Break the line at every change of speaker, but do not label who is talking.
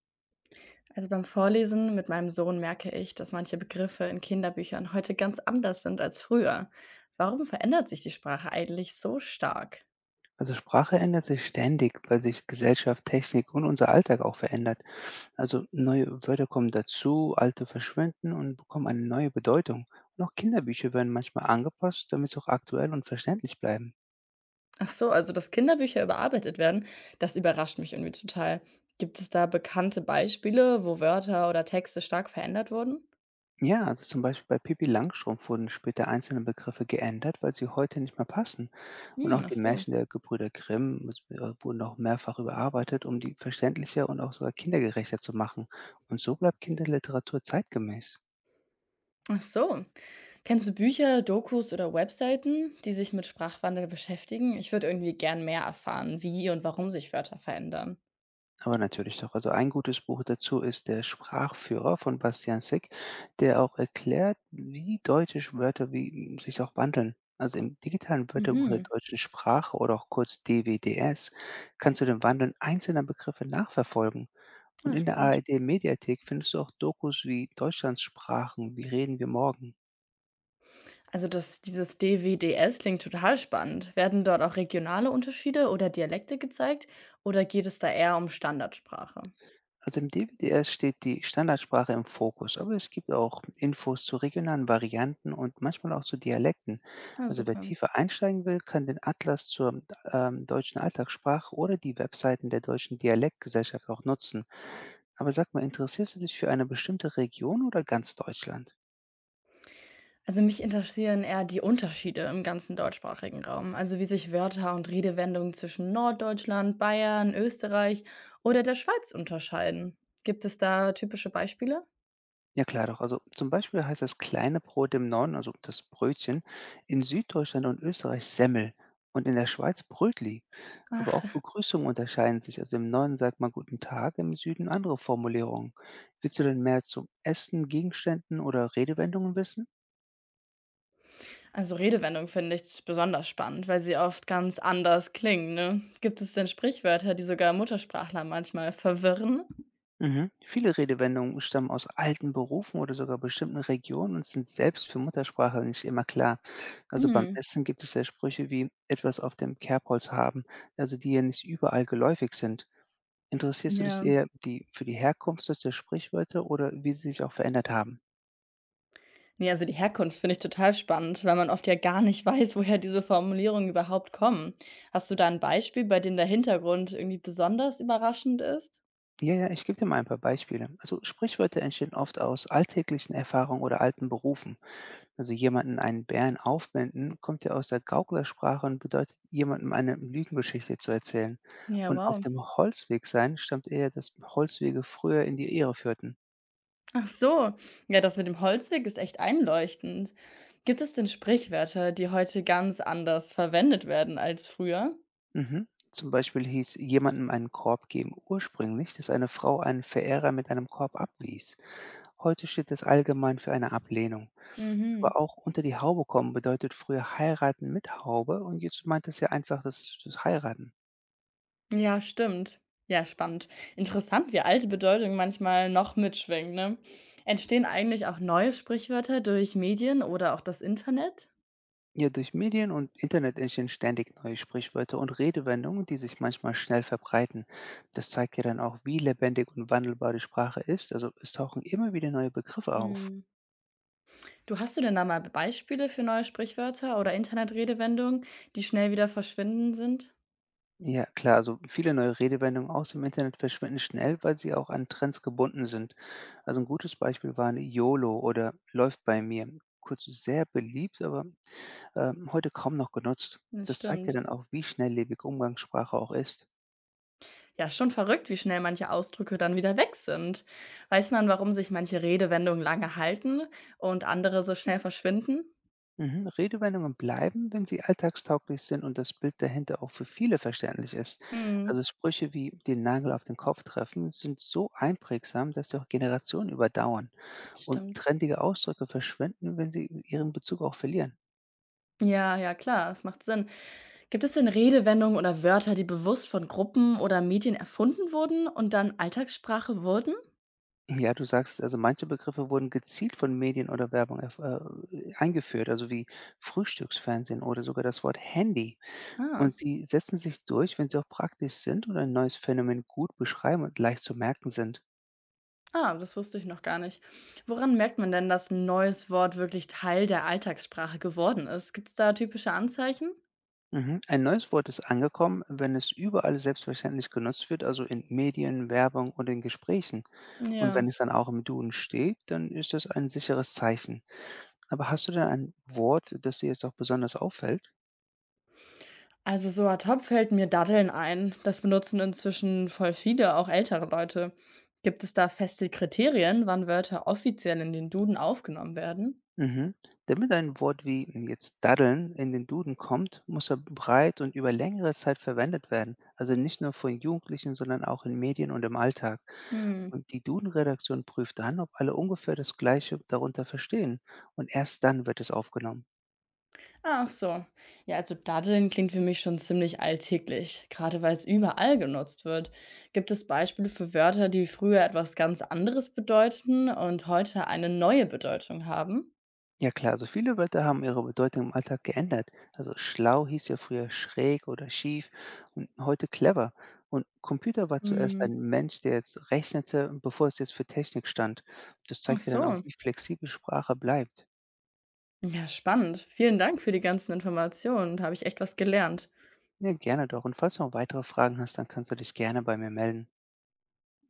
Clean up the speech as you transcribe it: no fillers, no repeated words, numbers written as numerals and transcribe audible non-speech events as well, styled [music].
Also beim Vorlesen mit meinem Sohn merke ich, dass manche Begriffe in Kinderbüchern heute ganz anders sind als früher. Warum verändert sich die Sprache eigentlich so stark?
Also Sprache ändert sich ständig, weil sich Gesellschaft, Technik und unser Alltag auch verändert. Also neue Wörter kommen dazu, alte verschwinden und bekommen eine neue Bedeutung. Und auch Kinderbücher werden manchmal angepasst, damit sie auch aktuell und verständlich bleiben.
Ach so, also dass Kinderbücher überarbeitet werden, das überrascht mich irgendwie total. Gibt es da bekannte Beispiele, wo Wörter oder Texte stark verändert wurden?
Ja, also zum Beispiel bei Pippi Langstrumpf wurden später einzelne Begriffe geändert, weil sie heute nicht mehr passen. Und auch
Hm, ach
die
so.
Märchen der Gebrüder Grimm wurden auch mehrfach überarbeitet, um die verständlicher und auch sogar kindergerechter zu machen. Und so bleibt Kinderliteratur zeitgemäß.
Ach so. Kennst du Bücher, Dokus oder Webseiten, die sich mit Sprachwandel beschäftigen? Ich würde irgendwie gern mehr erfahren, wie und warum sich Wörter verändern.
Aber natürlich doch. Also, ein gutes Buch dazu ist „Der Sprachführer“ von Bastian Sick, der auch erklärt, wie deutsche Wörter wie sich auch wandeln. Also, im digitalen Wörterbuch der
Mhm.
deutschen Sprache oder auch kurz DWDS kannst du den Wandeln einzelner Begriffe nachverfolgen. Und
Ah,
in der
spannend.
ARD-Mediathek findest du auch Dokus wie „Deutschlands Sprachen, wie reden wir morgen?“
Also das, dieses DWDS klingt total spannend. Werden dort auch regionale Unterschiede oder Dialekte gezeigt oder geht es da eher um Standardsprache?
Also im DWDS steht die Standardsprache im Fokus, aber es gibt auch Infos zu regionalen Varianten und manchmal auch zu Dialekten.
Ja,
Also wer
super.
tiefer einsteigen will, kann den Atlas zur deutschen Alltagssprache oder die Webseiten der deutschen Dialektgesellschaft auch nutzen. Aber sag mal, interessierst du dich für eine bestimmte Region oder ganz Deutschland?
Also mich interessieren eher die Unterschiede im ganzen deutschsprachigen Raum, also wie sich Wörter und Redewendungen zwischen Norddeutschland, Bayern, Österreich oder der Schweiz unterscheiden. Gibt es da typische Beispiele?
Ja, klar doch. Also zum Beispiel heißt das kleine Brot im Norden, also das Brötchen, in Süddeutschland und Österreich Semmel und in der Schweiz Brötli. Aber auch Begrüßungen unterscheiden sich. Also im Norden sagt man Guten Tag, im Süden andere Formulierungen. Willst du denn mehr zum Essen, Gegenständen oder Redewendungen wissen?
Also Redewendungen finde ich besonders spannend, weil sie oft ganz anders klingen. Ne? Gibt es denn Sprichwörter, die sogar Muttersprachler manchmal verwirren?
Mhm. Viele Redewendungen stammen aus alten Berufen oder sogar bestimmten Regionen und sind selbst für Muttersprache nicht immer klar. Also beim
Mhm,
Essen gibt es ja Sprüche wie etwas auf dem Kerbholz haben, also die ja nicht überall geläufig sind. Interessierst du dich
ja.
eher für die Herkunft solcher Sprichwörter oder wie sie sich auch verändert haben?
Ne, also die Herkunft finde ich total spannend, weil man oft ja gar nicht [laughs] weiß, woher diese Formulierungen überhaupt kommen. Hast du da ein Beispiel, bei dem der Hintergrund irgendwie besonders überraschend ist?
Ja, ja, ich gebe dir mal ein paar Beispiele. Also Sprichwörter entstehen oft aus alltäglichen Erfahrungen oder alten Berufen. Also jemanden einen Bären aufwenden, kommt ja aus der Gauklersprache und bedeutet, jemandem eine Lügengeschichte zu erzählen.
Ja,
Und auf
wow.
dem Holzweg sein stammt eher, dass Holzwege früher in die Ehre führten.
Ach so. Ja, das mit dem Holzweg ist echt einleuchtend. Gibt es denn Sprichwörter, die heute ganz anders verwendet werden als früher?
Mhm. Zum Beispiel hieß jemandem einen Korb geben ursprünglich, dass eine Frau einen Verehrer mit einem Korb abwies. Heute steht das allgemein für eine Ablehnung.
Mhm.
Aber auch unter die Haube kommen bedeutet früher heiraten mit Haube und jetzt meint es ja einfach das Heiraten.
Ja, stimmt. Ja, spannend. Interessant, wie alte Bedeutungen manchmal noch mitschwingen, ne? Entstehen eigentlich auch neue Sprichwörter durch Medien oder auch das Internet?
Ja, durch Medien und Internet entstehen ständig neue Sprichwörter und Redewendungen, die sich manchmal schnell verbreiten. Das zeigt ja dann auch, wie lebendig und wandelbar die Sprache ist. Also es tauchen immer wieder neue Begriffe auf.
Mm. Du hast du denn da mal Beispiele für neue Sprichwörter oder Internetredewendungen, die schnell wieder verschwinden sind?
Ja, klar, also viele neue Redewendungen aus dem Internet verschwinden schnell, weil sie auch an Trends gebunden sind. Also ein gutes Beispiel waren YOLO oder läuft bei mir. Kurz sehr beliebt, aber heute kaum noch genutzt.
Das
Das zeigt ja
stimmt.
dann auch, wie schnelllebig Umgangssprache auch ist.
Ja, schon verrückt, wie schnell manche Ausdrücke dann wieder weg sind. Weiß man, warum sich manche Redewendungen lange halten und andere so schnell verschwinden?
Mhm. Redewendungen bleiben, wenn sie alltagstauglich sind und das Bild dahinter auch für viele verständlich ist. Also
Hm,
Sprüche wie den Nagel auf den Kopf treffen sind so einprägsam, dass sie auch Generationen überdauern. Und
stimmt.
trendige Ausdrücke verschwinden, wenn sie ihren Bezug auch verlieren.
Ja, ja, klar, es macht Sinn. Gibt es denn Redewendungen oder Wörter, die bewusst von Gruppen oder Medien erfunden wurden und dann Alltagssprache wurden?
Ja, du sagst, also manche Begriffe wurden gezielt von Medien oder Werbung eingeführt, also wie Frühstücksfernsehen oder sogar das Wort Handy.
Ah.
Und sie setzen sich durch, wenn sie auch praktisch sind und ein neues Phänomen gut beschreiben und leicht zu merken sind.
Ah, das wusste ich noch gar nicht. Woran merkt man denn, dass ein neues Wort wirklich Teil der Alltagssprache geworden ist? Gibt es da typische Anzeichen?
Mhm. Ein neues Wort ist angekommen, wenn es überall selbstverständlich genutzt wird, also in Medien, Werbung und in Gesprächen. Und
Ja.
wenn es dann auch im Duden steht, dann ist das ein sicheres Zeichen. Aber hast du denn ein Wort, das dir jetzt auch besonders auffällt?
Also so ad hoc fällt mir Datteln ein. Das benutzen inzwischen voll viele, auch ältere Leute. Gibt es da feste Kriterien, wann Wörter offiziell in den Duden aufgenommen werden?
Mhm. Damit ein Wort wie jetzt daddeln in den Duden kommt, muss er breit und über längere Zeit verwendet werden. Also nicht nur von Jugendlichen, sondern auch in Medien und im Alltag.
Hm.
Und die Duden-Redaktion prüft dann, ob alle ungefähr das Gleiche darunter verstehen. Und erst dann wird es aufgenommen.
Ach so. Ja, also Daddeln klingt für mich schon ziemlich alltäglich, gerade weil es überall genutzt wird. Gibt es Beispiele für Wörter, die früher etwas ganz anderes bedeuteten und heute eine neue Bedeutung haben?
Ja klar, also viele Wörter haben ihre Bedeutung im Alltag geändert. Also schlau hieß ja früher schräg oder schief und heute clever. Und Computer war zuerst
Hm,
ein Mensch, der jetzt rechnete, bevor es jetzt für Technik stand. Das
ach
zeigt ja dann auch,
so.
wie flexibel Sprache bleibt.
Ja, spannend. Vielen Dank für die ganzen Informationen. Da habe ich echt was gelernt.
Ja, gerne doch. Und falls du noch weitere Fragen hast, dann kannst du dich gerne bei mir melden.